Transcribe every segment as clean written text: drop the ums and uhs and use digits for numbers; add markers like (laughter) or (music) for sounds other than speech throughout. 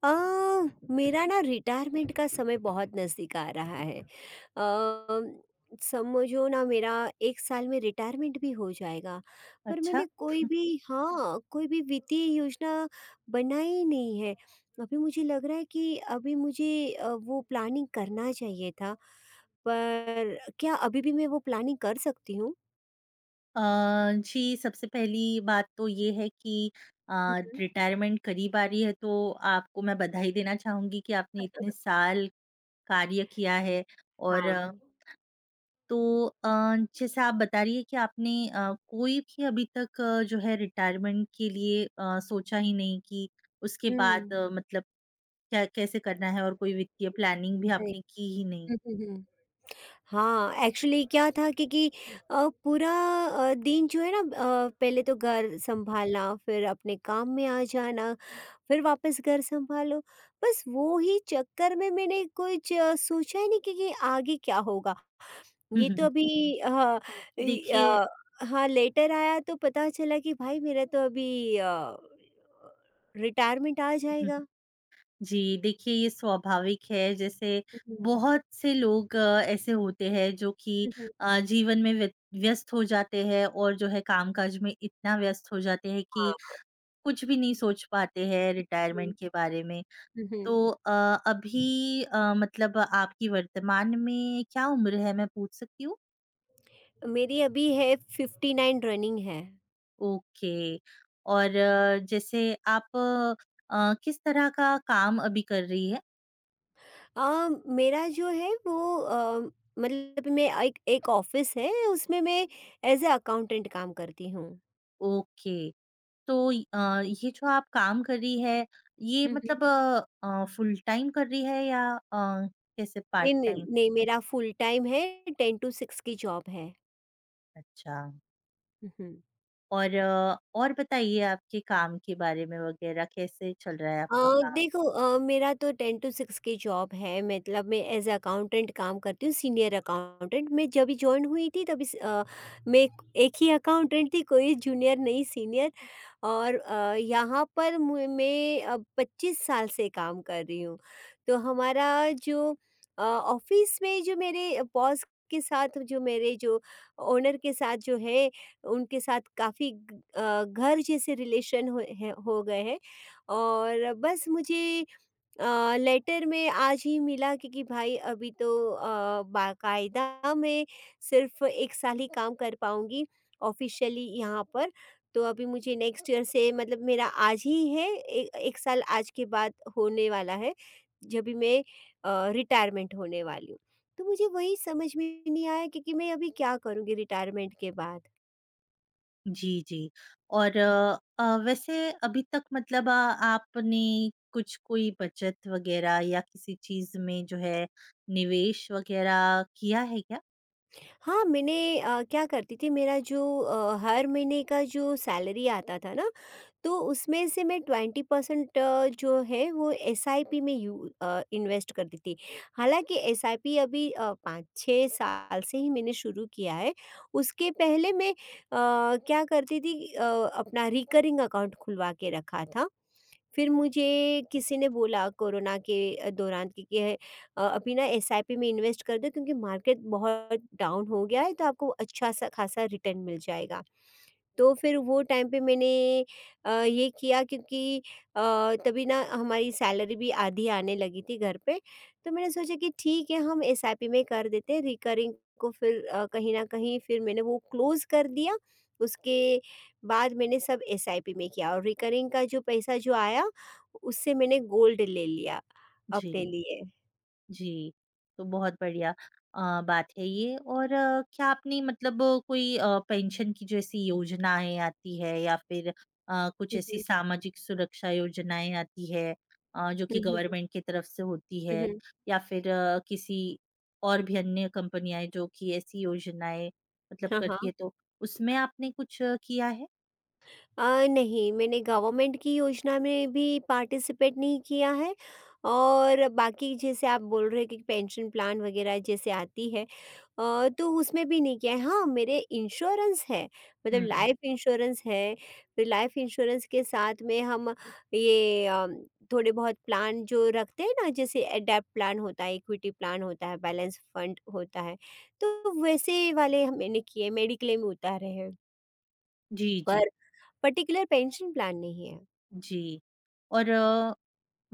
अ, मेरा ना रिटायरमेंट का समय बहुत नज़दीक आ रहा है। अ, समझो ना मेरा 1 साल में रिटायरमेंट भी हो जाएगा, पर अच्छा। मैंने कोई भी हाँ, कोई भी वित्तीय योजना बनाई नहीं है। अभी मुझे लग रहा है कि अभी मुझे वो प्लानिंग करना चाहिए था, पर क्या अभी भी मैं वो प्लानिंग कर सकती हूँ? अ, जी, सबसे पहली बात तो ये है कि अ, हुँ, हुँ। रिटायरमेंट करीब आ रही है, तो आपको मैं बधाई देना चाहूँगी कि आपने इतने (laughs) साल कार्य किया है और हाँ। तो अ, जैसे आप बता रही है कि आपने कोई भी अभी तक जो है रिटायरमेंट के लिए सोचा ही नहीं कि उसके बाद हुँ। मतलब क्या कैसे करना है और कोई वित्तीय प्लानिंग भी वही। आपने की ही नहीं। हुँ, हुँ, हुँ। हाँ, एक्चुअली क्या था क्योंकि पूरा दिन जो है ना, पहले तो घर सँभालना, फिर अपने काम में आ जाना, फिर वापस घर सँभालो। बस वो ही चक्कर में मैंने कुछ सोचा ही नहीं कि आगे क्या होगा। ये तो (laughs) अभी (laughs) हाँ, इ देखिए अ, हाँ, लेटर आया तो पता चला कि भाई मेरा तो अभी रिटायरमेंट आ जाएगा। जी, देखिए ये स्वाभाविक है जैसे हुँ, हुँ। बहुत से लोग ऐसे होते हैं जो कि हुँ, हुँ। जीवन में व्यस्त हो जाते हैं और जो है कामकाज में इतना व्यस्त हो जाते हैं कि हाँ। कुछ भी नहीं सोच पाते हैं हुँ, रिटायरमेंट के बारे में। हुँ, हुँ। तो अभी मतलब आपकी वर्तमान में क्या उम्र है मैं पूछ सकती हूँ? मेरी अभी है 59 रनिंग है। ओके। और जैसे आप किस तरह का काम अभी कर रही हैं? अ, मेरा जो है वो, मतलब मैं एक एक ऑफिस है उसमें मैं एज ए अकाउंटेंट काम करती हूँ। ओके। तो ये जो आप काम कर रही है, ये हुँ, हुँ। मतलब फुल टाइम कर रही है या कैसे पार्ट नहीं, नहीं, टाइम? नहीं, मेरा फुल टाइम है, 10 टू 6 की जॉब है। अच्छा। हुँ, हुँ। और और बताइए आपके काम के बारे में वगैरह कैसे चल रहा है अ, आपका काम? देखो, मेरा तो 10 टू 6 की जॉब है, मतलब मैं एज ए अकाउंटेंट काम करती हूँ, सीनियर अकाउंटेंट। मैं जब भी जॉइन हुई थी तभी मैं एक एक ही अकाउंटेंट थी, कोई जूनियर नहीं, सीनियर। और यहाँ पर मैं 25 साल से काम कर रही हूँ, तो हमारा जो ऑफिस में जो मेरे बॉस के साथ, जो मेरे जो ओनर के साथ जो है, उनके साथ काफ़ी घर जैसे रिलेशन हो गए हैं। और बस मुझे लेटर में आज ही मिला, क्योंकि भाई अभी तो बाकायदा मैं सिर्फ़ 1 साल ही काम कर पाऊँगी ऑफ़िशियली यहाँ पर। तो अभी मुझे नेक्स्ट ईयर से, मतलब मेरा आज ही है, ए 1 साल आज के बाद होने वाला है, जभी मैं रिटायरमेंट होने वाली हूँ। तो मुझे वही समझ में नहीं आया क्योंकि मैं अभी क्या करूँगी रिटायरमेंट के बाद। जी, जी। और वैसे अभी तक मतलब आपने कुछ कोई बचत वगैरह या किसी चीज़ में जो है निवेश वगैरह किया है क्या? हाँ, मैंने क्या करती थी, मेरा जो हर महीने का जो सैलरी आता था ना, तो उसमें से मैं 20% जो है वो एसआईपी में इन्वेस्ट करती थी। हालाँकि एसआईपी अभी 5-6 साल से ही मैंने शुरू किया है। उसके पहले मैं क्या करती थी, अपना रिकरिंग अकाउंट खुलवा के रखा था। फिर मुझे किसी ने बोला कोरोना के दौरान कि अभी ना एसआईपी में इन्वेस्ट कर दो, क्योंकि मार्केट बहुत डाउन हो गया है, तो आपको अच्छा-सा खासा रिटर्न मिल जाएगा। तो फिर वो टाइम पे मैंने ये किया, क्योंकि अ, तभी ना हमारी सैलरी भी आधी आने लगी थी घर पे। तो मैंने सोचा कि ठीक है, हम एसआईपी में कर देते हैं, रिकरिंग को फिर कहीं ना कहीं फिर मैंने वो क्लोज कर दिया। उसके बाद मैंने सब एसआईपी में किया और रिकरिंग का जो पैसा जो आया, उससे मैंने गोल्ड ले लिया अपने जी। लिए। जी, तो बहुत बढ़िया अ, बात है ये। और क्या आपने मतलब कोई पेंशन की जो ऐसी योजनाएँ आती है या फिर कुछ ऐसी हम्म, सामाजिक सुरक्षा योजनाएँ आती है जो कि हम्म, गवर्नमेंट की तरफ से होती हम्म, है हम्म, या फिर किसी और भी अन्य कंपनियाँ हैं जो कि ऐसी योजनाएँ मतलब हाँ, हाँ। करती है, तो उसमें आपने कुछ किया है? अ, नहीं, मैंने गवर्नमेंट की योजना में भी पार्टिसिपेट नहीं किया है। और बाकी जैसे आप बोल रहे हैं कि पेंशन प्लान वगैरह जैसे आती है, तो उसमें भी नहीं किया है। हाँ, मेरे इंश्योरेंस है, मतलब हुँ, हुँ। लाइफ इंश्योरेंस है। फिर लाइफ इंश्योरेंस के साथ में हम ये थोड़े बहुत प्लान जो रखते हैं ना, जैसे एडैप्ट प्लान होता है, इक्विटी प्लान होता है, बैलेंस फंड होता है। तो वैसे वाले ह मैंने किए, मेडिक्लेम उतारे हैं। जी, जी, पर पर्टिकुलर पेंशन प्लान नहीं है। जी। और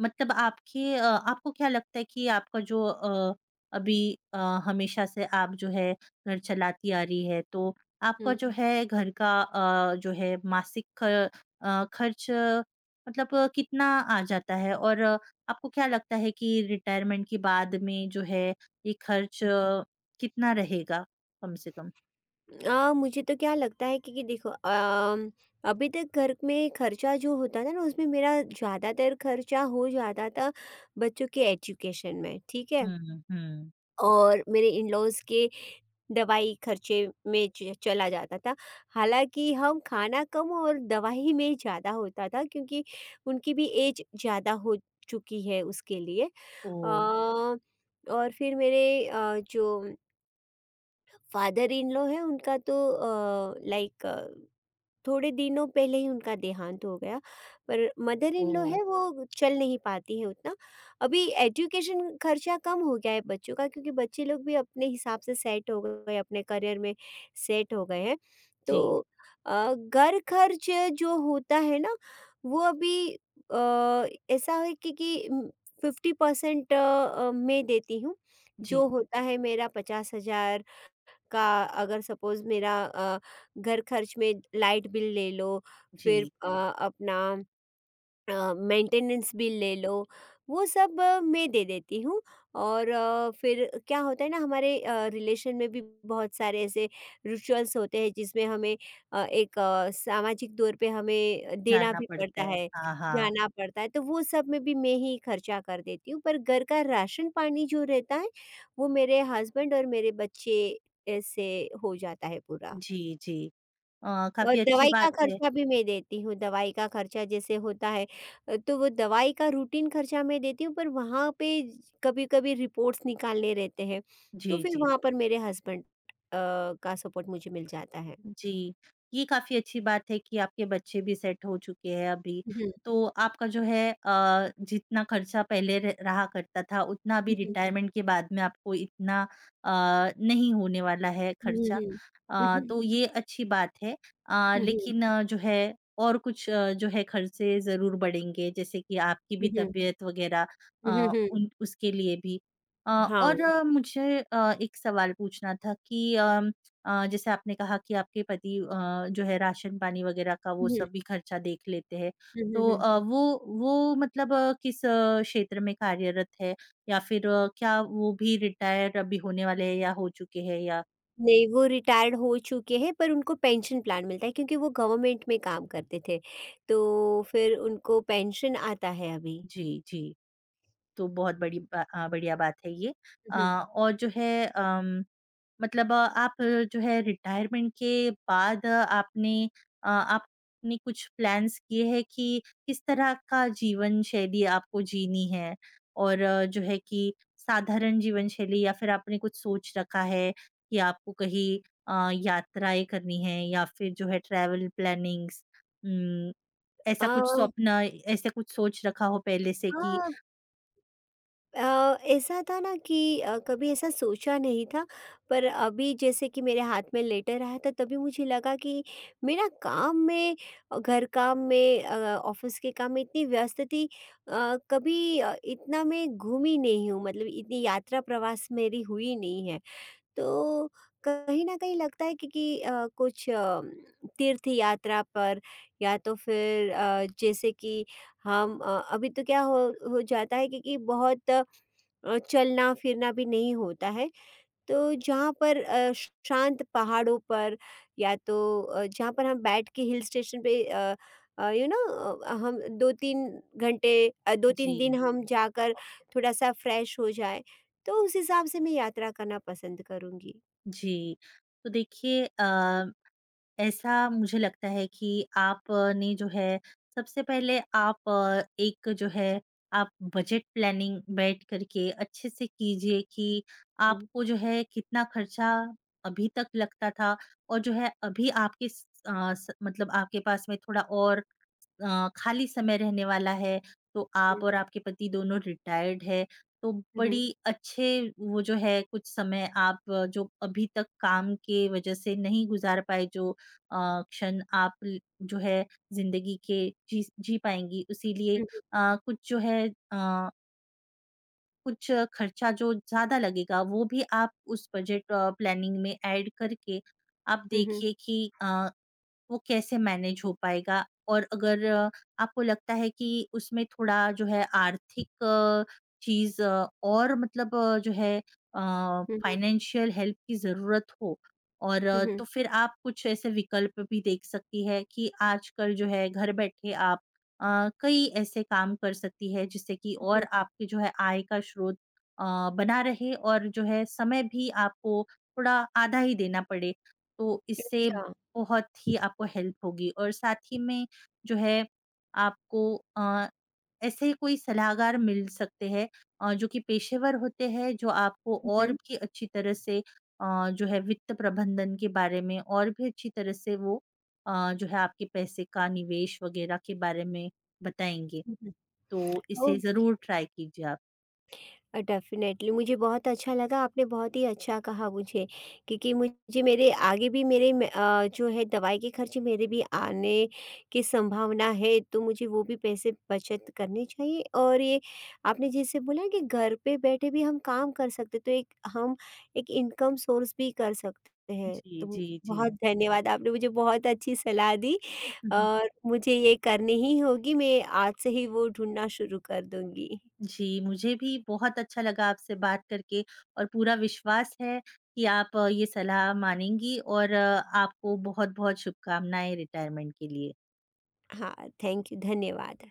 मतलब आपके आपको क्या लगता है कि आपका जो अभी अ, हमेशा से आप जो है घर चलाती आ रही है, तो आपका हुँ, जो है घर का जो है मासिक खर्च मतलब कितना आ जाता है? और आपको क्या लगता है कि रिटायरमेंट के बाद में जो है ये खर्च हुँ। कितना रहेगा कम से कम? मुझे तो क्या लगता है कि देखो, अभी तक घर में खर्चा जो होता था ना, उसमें मेरा ज़्यादातर खर्चा हो जाता था बच्चों के एजुकेशन में, ठीक है? हम्म, हम्म। और मेरे इन-लॉज़ के दवाई खर्चे में च चला जाता था। हालाँकि हम खाना कम और दवाई में ज़्यादा होता था क्योंकि उनकी भी ऐज ज़्यादा हो चुकी है उसके लिए। ओ। अ, और फिर मेरे जो फादर इन लॉ है, उनका तो, लाइक, थोड़े दिनों पहले ही उनका देहांत हो गया। पर मदर ओ। इन लॉ है वो चल नहीं पाती है उतना। अभी एजुकेशन खर्चा कम हो गया है बच्चों का, क्योंकि बच्चे लोग भी अपने हिसाब से सेट हो गए, अपने करियर में सेट हो गए हैं। तो जी। घर खर्च जो होता है ना, वो अभी अ, ऐसा है कि 50% मैं देती हूँ, जी। जो होता है मेरा 50,000 का। अगर सपोज़ मेरा घर खर्च में लाइट बिल ले लो, फिर जी, अपना मेंटेनेंस बिल ले लो, वो सब मैं दे देती हूँ। और फिर क्या होता है ना, हमारे रिलेशन में भी बहुत सारे ऐसे रिचुअल्स होते हैं, जिसमें हमें एक सामाजिक तौर पे हमें देना जानना भी पड़ता पड़ता है, है, हाँ हाँ। जाना पड़ता है। तो वो सब में भी मैं ही खर्चा कर देती हूँ। पर घर का राशन पानी जो रहता है, वो मेरे हस्बैंड और मेरे बच्चे, ऐसे हो जाता है पूरा। जी, जी। और काफ़ी अच्छी दवाई का बात है। खर्चा भी मैं देती हूँ। दवाई का खर्चा जैसे होता है, तो वो दवाई का रूटीन खर्चा मैं देती हूँ। पर वहाँ पे कभी-कभी रिपोर्ट्स निकालने रहते हैं, जी, तो फिर जी। वहाँ पर मेरे हस्बैंड का सपोर्ट मुझे मिल जाता है। जी, ये काफ़ी अच्छी बात है कि आपके बच्चे भी सेट हो चुके हैं अभी। हुँ, हुँ, तो आपका जो है जितना खर्चा पहले र रहा करता था उतना अभी हुँ, रिटायरमेंट के बाद में आपको इतना अ, नहीं होने वाला है हुँ, खर्चा। हुँ, हुँ, हुँ, तो ये अच्छी बात है। हुँ, लेकिन जो है और कुछ जो है खर्चे ज़रूर बढ़ेंगे, जैसे कि आपकी भी हुँ, तबीयत वग़ैरह हुँ, हुँ, उन उसके लिए भी। अ, हाँ, और मुझे एक सवाल पूछना था कि जैसे आपने कहा कि आपके पति जो है राशन-पानी वगैरह का वो हुँ, हुँ, सब भी खर्चा देख लेते हैं। हुँ, तो हुँ। वो मतलब किस क्षेत्र में कार्यरत है? या फिर क्या वो भी रिटायर अभी होने वाले हैं या हो चुके हैं या? नहीं, वो रिटायर्ड हो चुके हैं पर उनको पेंशन प्लान मिलता है क्योंकि वो गवर्नमेंट में काम करते थे, तो फिर उनको पेंशन आता है अभी। जी, जी। तो बहुत बढ़िया बात है ये। अ, हुँ। और जो है अम मतलब आप जो है रिटायरमेंट के बाद आपने आपने कुछ प्लान्स किए हैं कि किस तरह का जीवन शैली आपको जीनी है? और जो है कि साधारण जीवन शैली या फिर आपने कुछ सोच रखा है कि आपको कहीं यात्राएँ करनी है या फिर जो है ट्रैवल प्लानिंग्स, उम, ऐसा अ कुछ स्वप्न, ऐसा कुछ सोच रखा हो पहले से कि? हाँ, ऐसा था ना कि कभी ऐसा सोचा नहीं था। पर अभी जैसे कि मेरे हाथ में लेटर आया था, तभी मुझे लगा कि मैं ना काम में, घर काम में, ऑफिस के काम में इतनी व्यस्त थी। कभी इतना मैं घूमी नहीं हूँ, मतलब इतनी यात्रा प्रवास मेरी हुई नहीं है। तो कहीं न कहीं लगता है क्योंकि कुछ तीर्थ यात्रा पर, या तो फिर जैसे कि हम, अभी तो क्या हो जाता है, क्योंकि बहुत चलना-फिरना भी नहीं होता है। तो जहाँ पर शांत पहाड़ों पर, या तो जहाँ पर हम बैठ के हिल स्टेशन पे, अ, यू नो हम 2-3 घंटे, 2-3 दिन जी, हम जाकर थोड़ा-सा फ्रेश हो जाएँ। तो उस हिसाब से मैं यात्रा करना पसंद करूँगी। जी। तो देखिए, ऐसा मुझे लगता है कि आपने जो है सबसे पहले आप अ, एक जो है आप बजट प्लानिंग बैठ करके अच्छे से कीजिए कि हुँ, आपको जो है कितना खर्चा अभी तक लगता था। और जो है अभी आपके मतलब आपके पास में थोड़ा और खाली समय रहने वाला है, तो आप हुँ, और आपके पति दोनों रिटायर्ड है, तो हुँ, हुँ, बड़ी अच्छे वो जो है कुछ समय आप जो अभी तक काम के वजह से नहीं गुज़ार पाए, जो क्षण आप ल जो है ज़िंदगी के जी जी पाएँगी, इसीलिए हुँ, कुछ जो है कुछ खर्चा जो ज़्यादा लगेगा वो भी आप उस बजट प्लानिंग में ऐड करके आप हुँ, हुँ, हुँ, देखिए कि वो कैसे मैनेज हो पाएगा? और अगर आपको लगता है कि उसमें थोड़ा जो है आर्थिक चीज़ और मतलब हुँ, फाइनेंशियल हेल्प की ज़रूरत हो और हुँ, हुँ, तो फिर आप कुछ ऐसे विकल्प भी देख सकती है कि आजकल जो है घर बैठे आप कई ऐसे काम कर सकती है जिससे कि और हुँ, आपके जो है आय का स्रोत अ, बना रहे और जो है समय भी आपको थोड़ा आधा ही देना पड़े। तो इससे अच्छा। बहुत ही आपको हेल्प होगी और साथ ही में जो है आपको अ, ऐसे कोई सलाहकार मिल सकते हैं जो कि पेशेवर होते हैं, जो आपको हुँ, और हुँ, भी अच्छी तरह से जो है वित्त प्रबंधन के बारे में और भी अच्छी तरह से वो जो है आपके पैसे का निवेश वगैरह के बारे में बताएँगे। हुँ, तो इसे हुँ। ज़रूर ट्राई कीजिए आप। डेफ़िनेटली मुझे बहुत अच्छा लगा, आपने बहुत ही अच्छा कहा मुझे। क्योंकि मुझे, मेरे आगे भी मेरे में जो है दवाई के खर्चे मेरे भी आने की संभावना है, तो मुझे वो भी पैसे बचत करने चाहिए। और ये आपने जैसे बोला कि घर पे बैठे भी हम काम कर सकते, तो एक हम एक इनकम सोर्स भी कर सकते हैं। जी, तो जी, जी। बहुत धन्यवाद, आपने मुझे बहुत अच्छी सलाह दी। और मुझे ये करनी ही होगी, मैं आज से ही वो ढूंढना शुरू कर दूंगी। जी, मुझे भी बहुत अच्छा लगा आपसे बात करके और पूरा विश्वास है कि आप ये सलाह मानेंगी और आपको बहुत-बहुत शुभकामनाएँ रिटायरमेंट के लिए। हाँ, थैंक यू, धन्यवाद।